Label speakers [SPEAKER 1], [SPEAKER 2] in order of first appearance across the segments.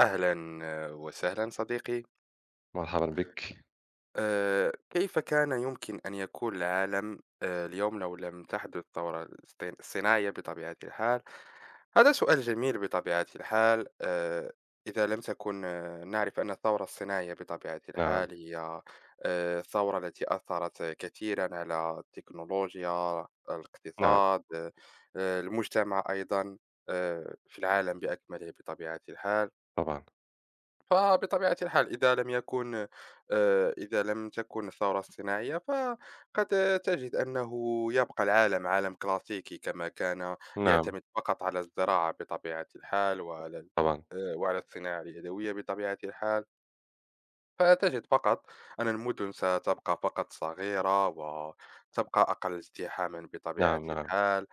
[SPEAKER 1] أهلا وسهلا صديقي.
[SPEAKER 2] مرحبًا بِك.
[SPEAKER 1] كيف كان يمكن أن يكون العالم اليوم لو لم تحدث الثورة الصناعية بطبيعة الحال؟ هذا سؤال جميل بطبيعة الحال. إذا لم تكن، نعرف أن الثورة الصناعية بطبيعة
[SPEAKER 2] نعم،
[SPEAKER 1] الحال هي الثورة التي أثرت كثيرا على التكنولوجيا،
[SPEAKER 2] نعم،
[SPEAKER 1] الاقتصاد، المجتمع أيضا، في العالم بأكمله بطبيعة الحال.
[SPEAKER 2] طبعًا،
[SPEAKER 1] فبطبيعة الحال إذا لم يكن، إذا لم تكن الثورة الصناعية، فقد تجد أنه يبقى العالم عالم كلاسيكي كما كان،
[SPEAKER 2] نعم،
[SPEAKER 1] يعتمد فقط على الزراعة بطبيعة الحال وعلى
[SPEAKER 2] طبعًا،
[SPEAKER 1] وعلى الصناعة اليدوية بطبيعة الحال. فتجد فقط أن المدن ستبقى فقط صغيرة وتبقى أقل ازدحاما بطبيعة
[SPEAKER 2] نعم، نعم،
[SPEAKER 1] الحال.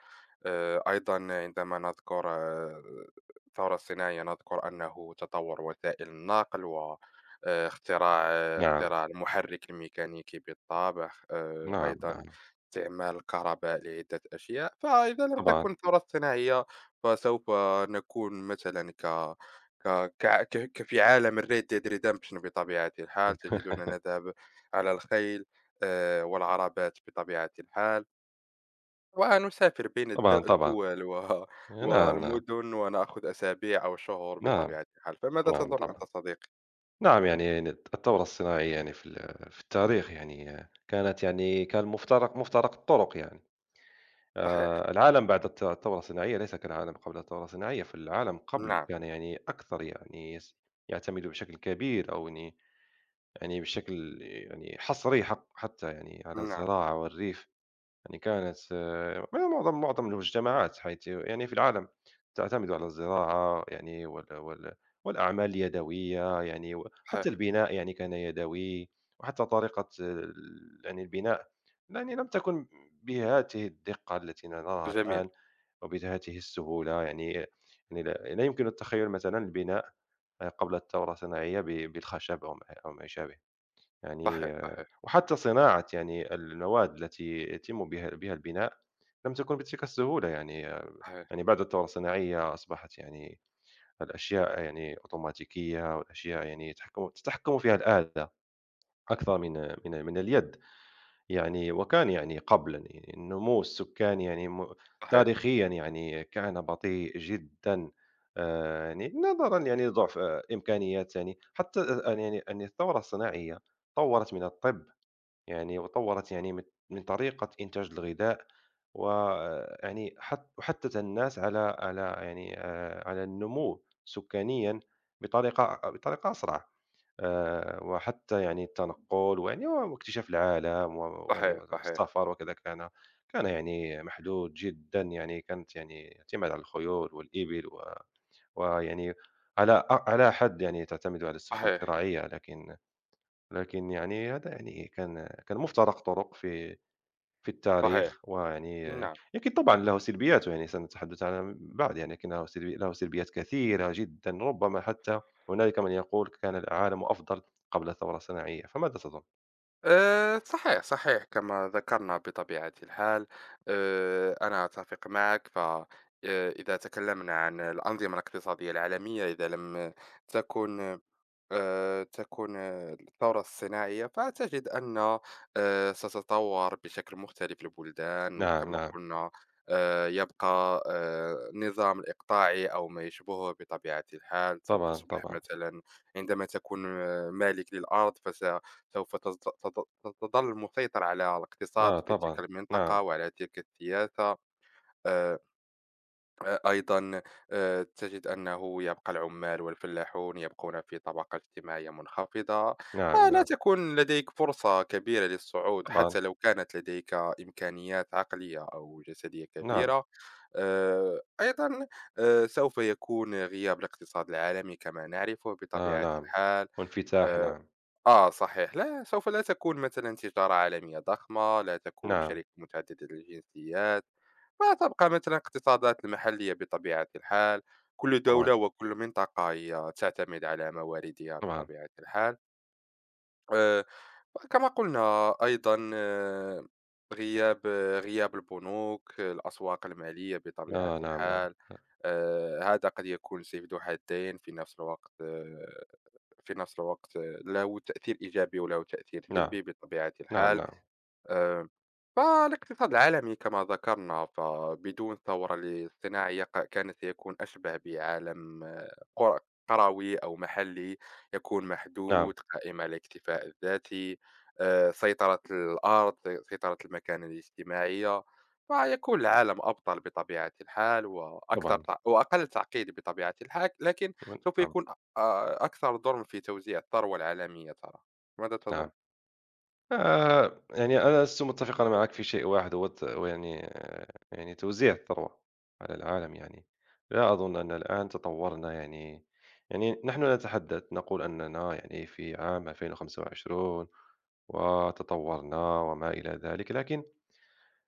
[SPEAKER 1] أيضا عندما نذكر الثورة الصناعية نذكر أنه تطور وسائل النقل، واختراع
[SPEAKER 2] نعم،
[SPEAKER 1] اختراع المحرك الميكانيكي بالطبع،
[SPEAKER 2] نعم،
[SPEAKER 1] أيضا
[SPEAKER 2] نعم،
[SPEAKER 1] استعمال الكهرباء لعدة أشياء. فإذا لم
[SPEAKER 2] طبعًا،
[SPEAKER 1] تكن الثورة الصناعية، فسوف نكون مثلا ك ك كع ك ك في عالم الRed Dead Redemption بطبيعة الحال، تجدنا نذهب على الخيل والعربات بطبيعة الحال، ونسافر بين
[SPEAKER 2] طبعًا، طبعًا،
[SPEAKER 1] الدول و
[SPEAKER 2] نعم، نعم،
[SPEAKER 1] والمدن، ونأخذ أسابيع أو شهور
[SPEAKER 2] نعم،
[SPEAKER 1] بطبيعة الحال. فماذا
[SPEAKER 2] نعم،
[SPEAKER 1] تظن
[SPEAKER 2] طبعًا،
[SPEAKER 1] أنت صديقي؟
[SPEAKER 2] نعم، يعني الثورة الصناعية يعني في التاريخ يعني كان مفترق الطرق يعني،
[SPEAKER 1] صحيح،
[SPEAKER 2] العالم بعد الثورة الصناعية ليس كالعالم قبل الثورة الصناعية، فالعالم قبل
[SPEAKER 1] نعم،
[SPEAKER 2] كان يعني أكثر يعني يعتمد بشكل كبير أو يعني يعني بشكل يعني حصري حتى يعني على
[SPEAKER 1] نعم،
[SPEAKER 2] الزراعة والريف. يعني كانت معظم المجتمعات حيث يعني في العالم تعتمد على الزراعة يعني والأعمال اليدوية يعني وحتى
[SPEAKER 1] صحيح،
[SPEAKER 2] البناء يعني كان يدوي، وحتى طريقة ال يعني البناء يعني لم تكن بهذه الدقة التي نراها
[SPEAKER 1] جميل،
[SPEAKER 2] الآن وبهذه السهولة، يعني لا يمكن التخيل مثلًا البناء قبل الثورة الصناعية بالخشب أو ما يشابه. يعني
[SPEAKER 1] صحيح، صحيح،
[SPEAKER 2] وحتى صناعة يعني المواد التي يتم بها البناء لم تكن بتلك السهولة يعني
[SPEAKER 1] صحيح،
[SPEAKER 2] يعني بعد الثورة الصناعية أصبحت يعني الأشياء يعني أوتوماتيكية والأشياء يعني تتحكم فيها الآلة أكثر من اليد يعني وكان يعني قبلا يعني النمو السكاني يعني
[SPEAKER 1] صحيح،
[SPEAKER 2] تاريخيا يعني كان بطيء جدا يعني نظرا يعني لضعف إمكانيات يعني حتى الآن يعني أن الثورة الصناعية طورت من الطب يعني وطوّرت يعني من طريقة إنتاج الغذاء، ويعني وحثّت الناس على يعني على النمو سكانيًا بطريقة أسرع، وحتى يعني التنقل ويعني واكتشاف العالم ويعني
[SPEAKER 1] صحيح، صحيح،
[SPEAKER 2] والسفر وكذا كان يعني محدود جدًا، يعني كانت يعني اعتماد على الخيول والإبل ويعني على حد يعني تعتمد على السفن
[SPEAKER 1] صحيح،
[SPEAKER 2] الشراعية، لكن يعني هذا يعني كان مفترق طرق في
[SPEAKER 1] صحيح،
[SPEAKER 2] التاريخ ويعني
[SPEAKER 1] نعم.
[SPEAKER 2] لكن طبعًا له سلبياته يعني سنتحدث عنها بعد يعني لكن له سلبيات كثيرة جدًا ربما حتى هنالك من يقول كان العالم أفضل قبل الثورة الصناعية، فماذا تظن؟
[SPEAKER 1] صحيح صحيح، كما ذكرنا بطبيعة الحال. أنا أتفق معك. ف آه، إذا تكلمنا عن الأنظمة الاقتصادية العالمية، إذا لم تكن، تكون آه، الثورة الصناعية، فتجد أن، ستتطور بشكل مختلف البلدان
[SPEAKER 2] نعم،
[SPEAKER 1] كما
[SPEAKER 2] نعم،
[SPEAKER 1] قلنا. يبقى النظام الإقطاعي أو ما يشبهه بطبيعة الحال.
[SPEAKER 2] طبعًا،
[SPEAKER 1] ستصبح
[SPEAKER 2] طبعًا،
[SPEAKER 1] مثلًا عندما تكون مالك للأرض، فس سوف تت تت تظل مسيطر على
[SPEAKER 2] آه
[SPEAKER 1] الاقتصاد في تلك
[SPEAKER 2] طبعًا، نعم،
[SPEAKER 1] المنطقة وعلى تلك السياسة. آآ أيضًا تجد أنه يبقى العمال والفلاحون يبقون في طبقة اجتماعية منخفضة،
[SPEAKER 2] نعم،
[SPEAKER 1] فلا
[SPEAKER 2] نعم،
[SPEAKER 1] تكون لديك فرصة كبيرة للصعود
[SPEAKER 2] طبعًا،
[SPEAKER 1] حتى لو كانت لديك إمكانيات عقلية أو جسدية
[SPEAKER 2] نعم،
[SPEAKER 1] كبيرة. أيضًا سوف يكون غياب الاقتصاد العالمي كما نعرفه
[SPEAKER 2] آه
[SPEAKER 1] بطبيعة
[SPEAKER 2] نعم،
[SPEAKER 1] الحال.
[SPEAKER 2] وانفتاح
[SPEAKER 1] آآ،
[SPEAKER 2] نعم،
[SPEAKER 1] صحيح، لا، سوف لا تكون مثلًا تجارة عالمية ضخمة، لا تكون
[SPEAKER 2] نعم،
[SPEAKER 1] شركة متعددة الجنسيات. وتبقى مثلا اقتصادات المحلية بطبيعة الحال، كل
[SPEAKER 2] طبعًا،
[SPEAKER 1] دولة وكل منطقة هي تعتمد على مواردها
[SPEAKER 2] طبعًا،
[SPEAKER 1] بطبيعة الحال. آه، كما قلنا أيضا، غياب غياب البنوك، الأسواق المالية بطبيعة
[SPEAKER 2] آه نعم، نعم،
[SPEAKER 1] الحال. هذا قد يكون سيف ذو حدين في نفس الوقت. له تأثير إيجابي وله تأثير
[SPEAKER 2] نعم،
[SPEAKER 1] سلبي بطبيعة
[SPEAKER 2] نعم،
[SPEAKER 1] الحال.
[SPEAKER 2] نعم،
[SPEAKER 1] آه، فالاقتصاد العالمي كما ذكرنا، فبدون ثورة الاصطناعية كان سيكون أشبه بعالم قروي أو محلي، يكون
[SPEAKER 2] نعم،
[SPEAKER 1] محدود قائم على الاكتفاء الذاتي، سيطرة الأرض، سيطرة المكان الاجتماعية. فيكون العالم أبطل بطبيعة الحال وأكثر
[SPEAKER 2] طبعًا،
[SPEAKER 1] وأقل تعقيد بطبيعة الحال، لكن سوف
[SPEAKER 2] نعم،
[SPEAKER 1] يكون أكثر ظلم في توزيع الثروة العالمية. ترى ماذا تظن؟
[SPEAKER 2] نعم. يعني أنا لست متّفقًا معك في شيء واحد هو هو يعني يعني توزيع الثروة على العالم يعني. لا أظن أن الآن تطوّرنا يعني نحن نتحدث نقول أننا يعني في عام 2025 وتطوّرنا وما إلى ذلك، لكن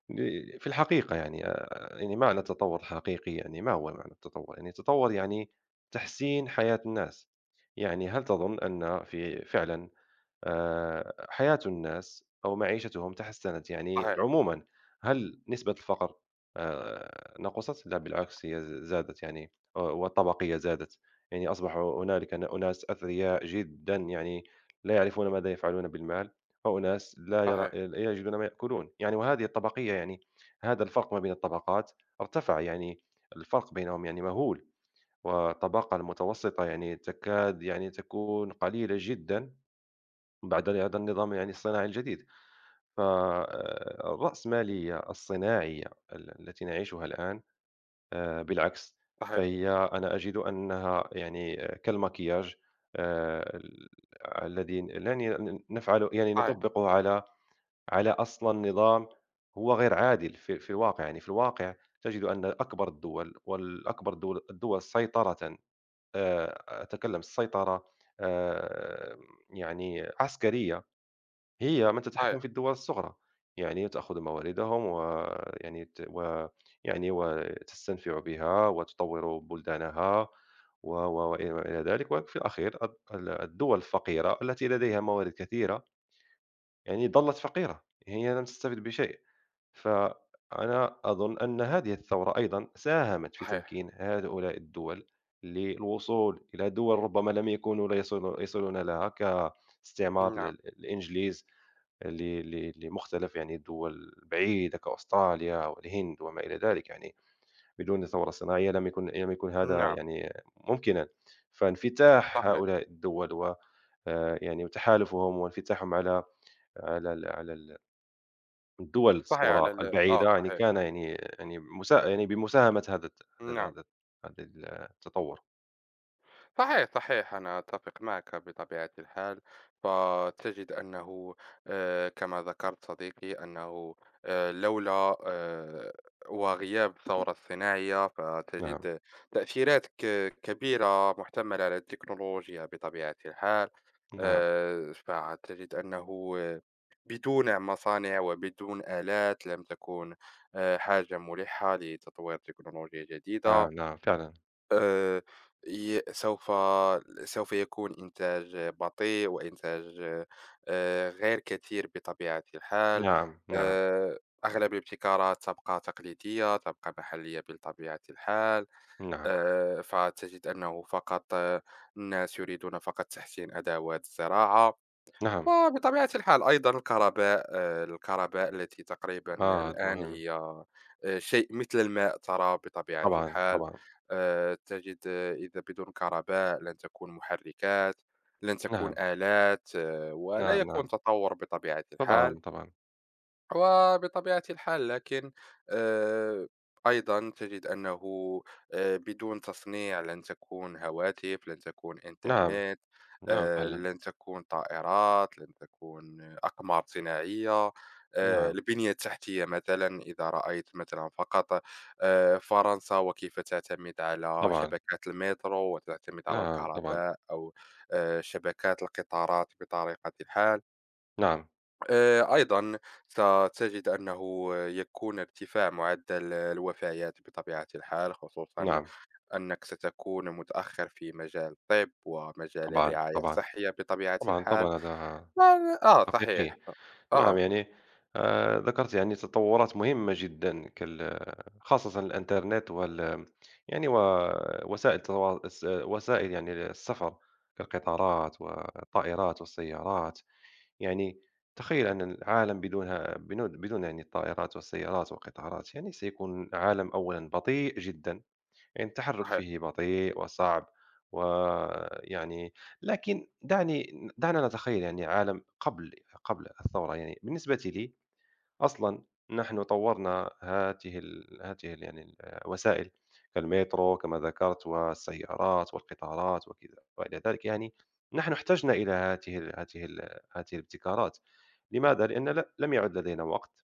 [SPEAKER 2] في الحقيقة يعني يعني معنى التطوّر الحقيقي يعني ما هو معنى التطوّر؟ يعني التطوّر يعني تحسين حياة الناس. يعني هل تظن أن فعلًا حياة الناس أو معيشتهم تحسّنت يعني
[SPEAKER 1] صحيح
[SPEAKER 2] عمومًا، هل نسبة الفقر نقصت؟ لا بالعكس هي زادت يعني والطبقية زادت، يعني أصبح هنالك أناس أثرياء جدًا يعني لا يعرفون ماذا يفعلون بالمال، وأناس
[SPEAKER 1] صحيح
[SPEAKER 2] لا يجدون ما يأكلون، يعني وهذه الطبقية يعني هذا الفرق ما بين الطبقات ارتفع يعني الفرق بينهم يعني مهول، والطبقة المتوسطة يعني تكاد يعني تكون قليلة جدًا. بعد هذا النظام يعني الصناعي الجديد فالرأسمالية الصناعية التي نعيشها الآن بالعكس
[SPEAKER 1] صحيح
[SPEAKER 2] فهي أنا أجد أنها يعني كالمكياج آه، ال- الذي يعني نفعله يعني
[SPEAKER 1] صحيح
[SPEAKER 2] نطبقه على أصلا نظام هو غير عادل في الواقع يعني في الواقع تجد أن أكبر الدول الدول سيطرة أتكلم السيطرة آه، يعني عسكرية هي من تتحكم
[SPEAKER 1] صحيح،
[SPEAKER 2] في الدول الصغرى، يعني تأخذ مواردهم ويعني ويعني وتستنفع بها وتطور بلدانها و و وإلى وإلى ذلك، وفي الأخير الدول الفقيرة التي لديها موارد كثيرة يعني ظلت فقيرة، هي لم تستفد بشيء، فأنا أظن أن هذه الثورة أيضًا ساهمت في
[SPEAKER 1] صحيح،
[SPEAKER 2] تمكين هؤلاء الدول للوصول إلى دول ربما لم يكونوا لا يصلو يصلون لها كاستعمار
[SPEAKER 1] نعم،
[SPEAKER 2] الإنجليز ل ل لمختلف يعني الدول البعيدة كأستراليا والهند وما إلى ذلك يعني، بدون ثورة صناعية لم يكن هذا
[SPEAKER 1] نعم،
[SPEAKER 2] يعني ممكنا، فانفتاح
[SPEAKER 1] صحيح،
[SPEAKER 2] هؤلاء الدول و يعني وتحالفهم وانفتاحهم على الدول
[SPEAKER 1] صحيح
[SPEAKER 2] الصغرى
[SPEAKER 1] على ال آه
[SPEAKER 2] البعيدة يعني
[SPEAKER 1] صحيح،
[SPEAKER 2] كان يعني يعني بمساهمة هذا هذا
[SPEAKER 1] نعم.
[SPEAKER 2] هذا هذا التطور.
[SPEAKER 1] صحيح، صحيح، أنا أتفق معك بطبيعة الحال. فتجد أنه كما ذكرت صديقي أنه لولا وغياب الثورة الصناعية،
[SPEAKER 2] نعم،
[SPEAKER 1] فتجد تأثيرات كبيرة محتملة على التكنولوجيا بطبيعة الحال.
[SPEAKER 2] نعم،
[SPEAKER 1] فتجد أنه بدون مصانع وبدون آلات لم تكون حاجة ملحة لتطوير تكنولوجيا
[SPEAKER 2] آه،
[SPEAKER 1] جديدة.
[SPEAKER 2] نعم فعلًا،
[SPEAKER 1] آآ ي سوف سوف يكون إنتاج بطيء وإنتاج غير كثير بطبيعة الحال.
[SPEAKER 2] نعم، نعم،
[SPEAKER 1] آآ أغلب الابتكارات تبقى تقليدية، تبقى محلية بطبيعة الحال.
[SPEAKER 2] نعم،
[SPEAKER 1] فتجد أنه فقط الناس يريدون فقط تحسين أدوات الزراعة.
[SPEAKER 2] نعم،
[SPEAKER 1] وبطبيعة الحال أيضًا الكهرباء، الكهرباء التي تقريبًا
[SPEAKER 2] آه
[SPEAKER 1] الآن
[SPEAKER 2] مهم،
[SPEAKER 1] هي شيء مثل الماء ترى بطبيعة
[SPEAKER 2] طبعًا،
[SPEAKER 1] الحال.
[SPEAKER 2] طبعًا،
[SPEAKER 1] تجد إذا بدون كهرباء لن تكون محركات، لن تكون
[SPEAKER 2] نعم،
[SPEAKER 1] آلات، ولا
[SPEAKER 2] نعم، نعم.
[SPEAKER 1] يكون تطور بطبيعة الحال.
[SPEAKER 2] طبعًا، طبعًا.
[SPEAKER 1] وبطبيعة الحال لكن آه، أيضا تجد أنه بدون تصنيع لن تكون هواتف، لن تكون
[SPEAKER 2] نعم،
[SPEAKER 1] إنترنت،
[SPEAKER 2] نعم فعلًا.
[SPEAKER 1] لن تكون طائرات، لن تكون أقمار صناعية.
[SPEAKER 2] نعم،
[SPEAKER 1] البنية التحتية مثلا، إذا رأيت مثلا فقط فرنسا وكيف تعتمد على
[SPEAKER 2] طبعًا.
[SPEAKER 1] شبكات المترو وتعتمد على
[SPEAKER 2] نعم، طبعًا.
[SPEAKER 1] الكهرباء أو شبكات القطارات بطريقة الحال.
[SPEAKER 2] نعم،
[SPEAKER 1] أيضا ستجد أنه يكون ارتفاع معدل الوفيات بطبيعة الحال، خصوصا
[SPEAKER 2] نعم.
[SPEAKER 1] أنك ستكون متأخر في مجال الطب ومجال
[SPEAKER 2] طبعًا،
[SPEAKER 1] الرعاية
[SPEAKER 2] طبعًا.
[SPEAKER 1] الصحية بطبيعة
[SPEAKER 2] طبعًا،
[SPEAKER 1] الحال.
[SPEAKER 2] طبعًا هذا حقيقي.
[SPEAKER 1] صحيح،
[SPEAKER 2] نعم،
[SPEAKER 1] آه
[SPEAKER 2] يعني ذكرت يعني تطورات مهمة جدًا خاصةً الإنترنت يعني ووسائل التوا الس وسائل يعني السفر كالقطارات والطائرات والسيارات. يعني تخيل أن العالم بدونها بدون يعني الطائرات والسيارات والقطارات يعني سيكون عالم أولًا بطيء جدًا. يعني التحرك
[SPEAKER 1] صحيح
[SPEAKER 2] فيه بطيء وصعب ويعني لكن دعنا نتخيل يعني عالم قبل الثورة يعني بالنسبة لي أصلا نحن طورنا هاته يعني الوسائل كالمترو كما ذكرت والسيارات والقطارات وكذا وإلى ذلك يعني نحن احتجنا إلى هاته هاته الابتكارات لماذا؟ لأن لم يعد لدينا وقت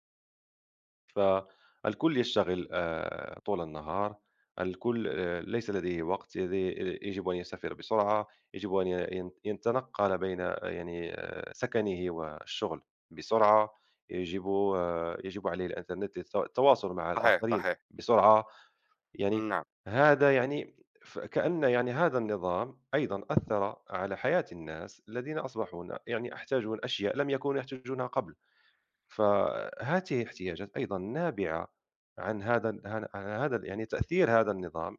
[SPEAKER 2] فالكل يشتغل طول النهار الكل ليس لديه وقت يجب أن يسافر بسرعة يجب أن يتنقل بين يعني سكنه والشغل بسرعة يجب يجب عليه الإنترنت للتواصل مع
[SPEAKER 1] صحيح
[SPEAKER 2] الآخرين
[SPEAKER 1] صحيح
[SPEAKER 2] بسرعة يعني
[SPEAKER 1] نعم
[SPEAKER 2] هذا يعني كأن يعني هذا النظام أيضا أثر على حياة الناس الذين أصبحوا يعني يحتاجون أشياء لم يكونوا يحتاجونها قبل فهذه احتياجات أيضًا نابعة عن هذا يعني تأثير هذا النظام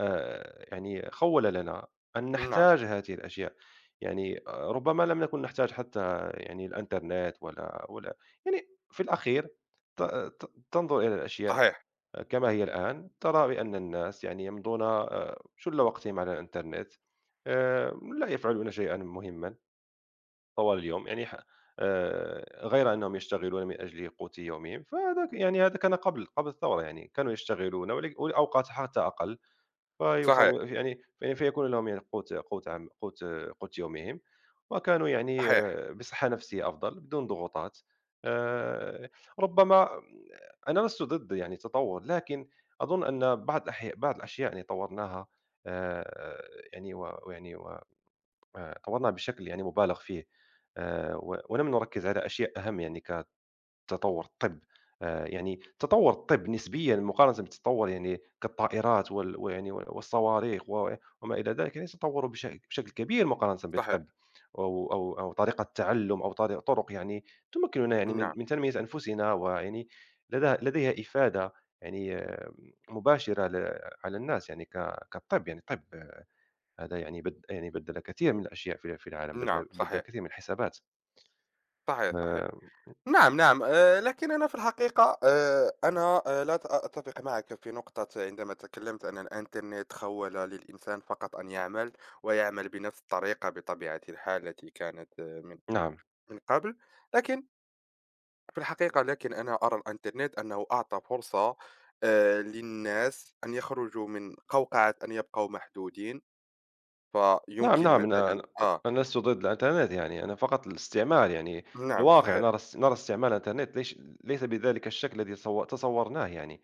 [SPEAKER 2] يعني خوّل لنا أن
[SPEAKER 1] نعم
[SPEAKER 2] نحتاج هذه الأشياء، يعني ربما لم نكن نحتاج حتى يعني الإنترنت ولا يعني في الأخير ت ت تنظر إلى الأشياء
[SPEAKER 1] صحيح
[SPEAKER 2] كما هي الآن، ترى بأن الناس يعني يمضون شُلّ وقتهم على الإنترنت آآ، لا يفعلون شيئًا مهمًا. طوال اليوم، يعني ح غير أنهم يشتغلون من أجل قوت يومهم، فهذا ك يعني هذا كان قبل الثورة يعني، كانوا يشتغلون والأوقات حتى أقل،
[SPEAKER 1] صحيح
[SPEAKER 2] فيصو يعني في فيكون لهم يعني قوت قوت عم قوت قوت يومهم، وكانوا يعني
[SPEAKER 1] صحيح
[SPEAKER 2] بصحة نفسية أفضل، بدون ضغوطات. آآ ربما أنا لست ضد يعني التطور، لكن أظن أن بعض بعض الأشياء يعني طورناها آآ يعني و ويعني و طورناه بشكل يعني مُبالغ فيه، و ولم نركّز على أشياء أهم يعني كتطوّر الطِّب، يعني تطوّر الطِّب نسبيًا مقارنة بتطوّر يعني كالطائرات والصواريخ و وما إلى ذلك، يعني تطوّروا بشكل كبير مقارنة بالطِّب
[SPEAKER 1] صحيح
[SPEAKER 2] أو طريقة تعلُّم أو طُرق يعني تمكِّننا يعني من
[SPEAKER 1] نعم
[SPEAKER 2] من تنمية أنفسنا ويعني لديها إفادة يعني مباشرة على الناس يعني كالطِّب يعني الطِّب هذا يعني يعني بدّل كثير من الأشياء في العالم،
[SPEAKER 1] نعم
[SPEAKER 2] بدّل
[SPEAKER 1] صحيح
[SPEAKER 2] الكثير من الحسابات.
[SPEAKER 1] صحيح
[SPEAKER 2] آآ
[SPEAKER 1] صحيح نعم، نعم. لكن أنا في الحقيقة أنا لا أتفق معك في نقطة عندما تكلمت أن الإنترنت خَوَّل للإنسان فقط أن يعمل، ويعمل بنفس الطريقة بطبيعة الحال التي كانت
[SPEAKER 2] نعم،
[SPEAKER 1] من قبل. لكن في الحقيقة، لكن أنا أرى الإنترنت أنه أعطى فرصة للناس أن يخرجوا من قوقعة، أن يبقوا محدودين.
[SPEAKER 2] نعم،
[SPEAKER 1] فيمكن
[SPEAKER 2] نعم، أنا
[SPEAKER 1] مثلًا
[SPEAKER 2] أنا أنا لست ضد الإنترنت يعني، أنا فقط الاستعمال يعني في
[SPEAKER 1] نعم
[SPEAKER 2] الواقع
[SPEAKER 1] صحيح،
[SPEAKER 2] نرى استعمال الإنترنت ليس بذلك الشكل الذي تصورناه يعني،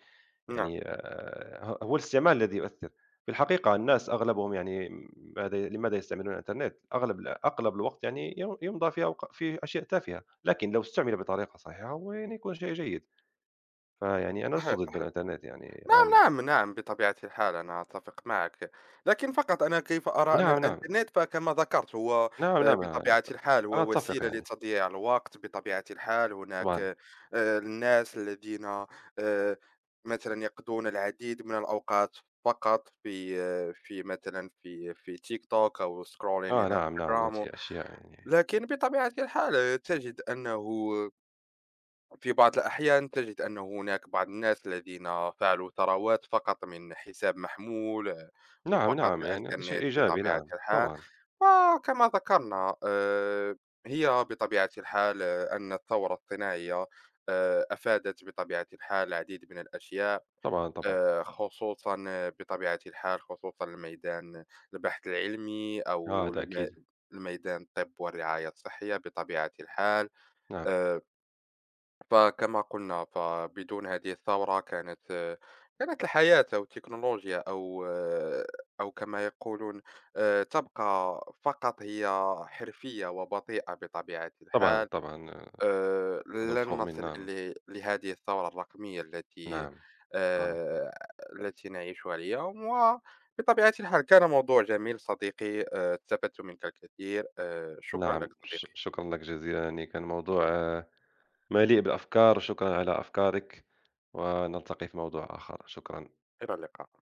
[SPEAKER 1] نعم،
[SPEAKER 2] يعني هو الاستعمال الذي يؤثّر. في الحقيقة الناس أغلبهم يعني لماذا يستعملون الإنترنت؟ أغلب الوقت يعني يمضى في أشياء تافهة، لكن لو استُعمل بطريقة صحيحة هو يعني يكون شيء جيد. فيعني أنا لست
[SPEAKER 1] صحيح،
[SPEAKER 2] ضد
[SPEAKER 1] صحيح.
[SPEAKER 2] الإنترنت يعني عامةً.
[SPEAKER 1] نعم، نعم، نعم، بطبيعة الحال أنا أتفق معك. لكن فقط أنا كيف أرى أن
[SPEAKER 2] نعم، نعم،
[SPEAKER 1] الإنترنت، فكما ذكرت هو
[SPEAKER 2] نعم، نعم، نعم.
[SPEAKER 1] بطبيعة الحال
[SPEAKER 2] أنا
[SPEAKER 1] هو
[SPEAKER 2] أتفق
[SPEAKER 1] وسيلة
[SPEAKER 2] يعني
[SPEAKER 1] لتضييع الوقت. بطبيعة الحال هناك
[SPEAKER 2] طبعًا،
[SPEAKER 1] الناس الذين آآ، مثلًا يقضون العديد من الأوقات فقط في آه، في مثلًا في في تيك توك أو scrolling
[SPEAKER 2] آه،
[SPEAKER 1] in
[SPEAKER 2] نعم، نعم، هذه
[SPEAKER 1] Instagram.
[SPEAKER 2] أشياء يعني
[SPEAKER 1] لكن بطبيعة الحال تجد أنه في بعض الأحيان تجد أن هناك بعض الناس الذين فعلوا ثروات فقط من حساب محمول،
[SPEAKER 2] نعم،
[SPEAKER 1] وفقط
[SPEAKER 2] نعم، يعني هذا شيء
[SPEAKER 1] الإنترنت
[SPEAKER 2] إيجابي
[SPEAKER 1] بطبيعة
[SPEAKER 2] نعم،
[SPEAKER 1] الحال.
[SPEAKER 2] طبعًا،
[SPEAKER 1] وكما ذكرنا هي بطبيعة الحال، أن الثورة الصناعية أفادت بطبيعة الحال العديد من الأشياء،
[SPEAKER 2] طبعًا، طبعًا،
[SPEAKER 1] خصوصا بطبيعة الحال خصوصا الميدان البحث العلمي
[SPEAKER 2] آه
[SPEAKER 1] أو
[SPEAKER 2] هذا أكيد،
[SPEAKER 1] الميدان الطب والرعاية الصحية بطبيعة الحال.
[SPEAKER 2] نعم،
[SPEAKER 1] آه، فكما قلنا، فبدون هذه الثورة كانت الحياة أو التكنولوجيا أو أو كما يقولون تبقى فقط هي حرفية وبطيئة بطبيعة
[SPEAKER 2] طبعًا،
[SPEAKER 1] الحال.
[SPEAKER 2] طبعًا، آه، هذا
[SPEAKER 1] لن
[SPEAKER 2] مفروغ منه
[SPEAKER 1] نصل
[SPEAKER 2] نعم،
[SPEAKER 1] لهذه الثورة الرقمية التي
[SPEAKER 2] نعم، آه،
[SPEAKER 1] آه، التي نعيشها اليوم. وبطبيعة الحال كان موضوع جميل صديقي، استفدت منك الكثير. شكرا
[SPEAKER 2] نعم،
[SPEAKER 1] لك صديقي،
[SPEAKER 2] شكرًا لك جزيلًا، يعني كان موضوع مليء بالأفكار، وشكرًا على أفكارك، ونلتقي في موضوع آخر، شكرًا.
[SPEAKER 1] إلى اللقاء.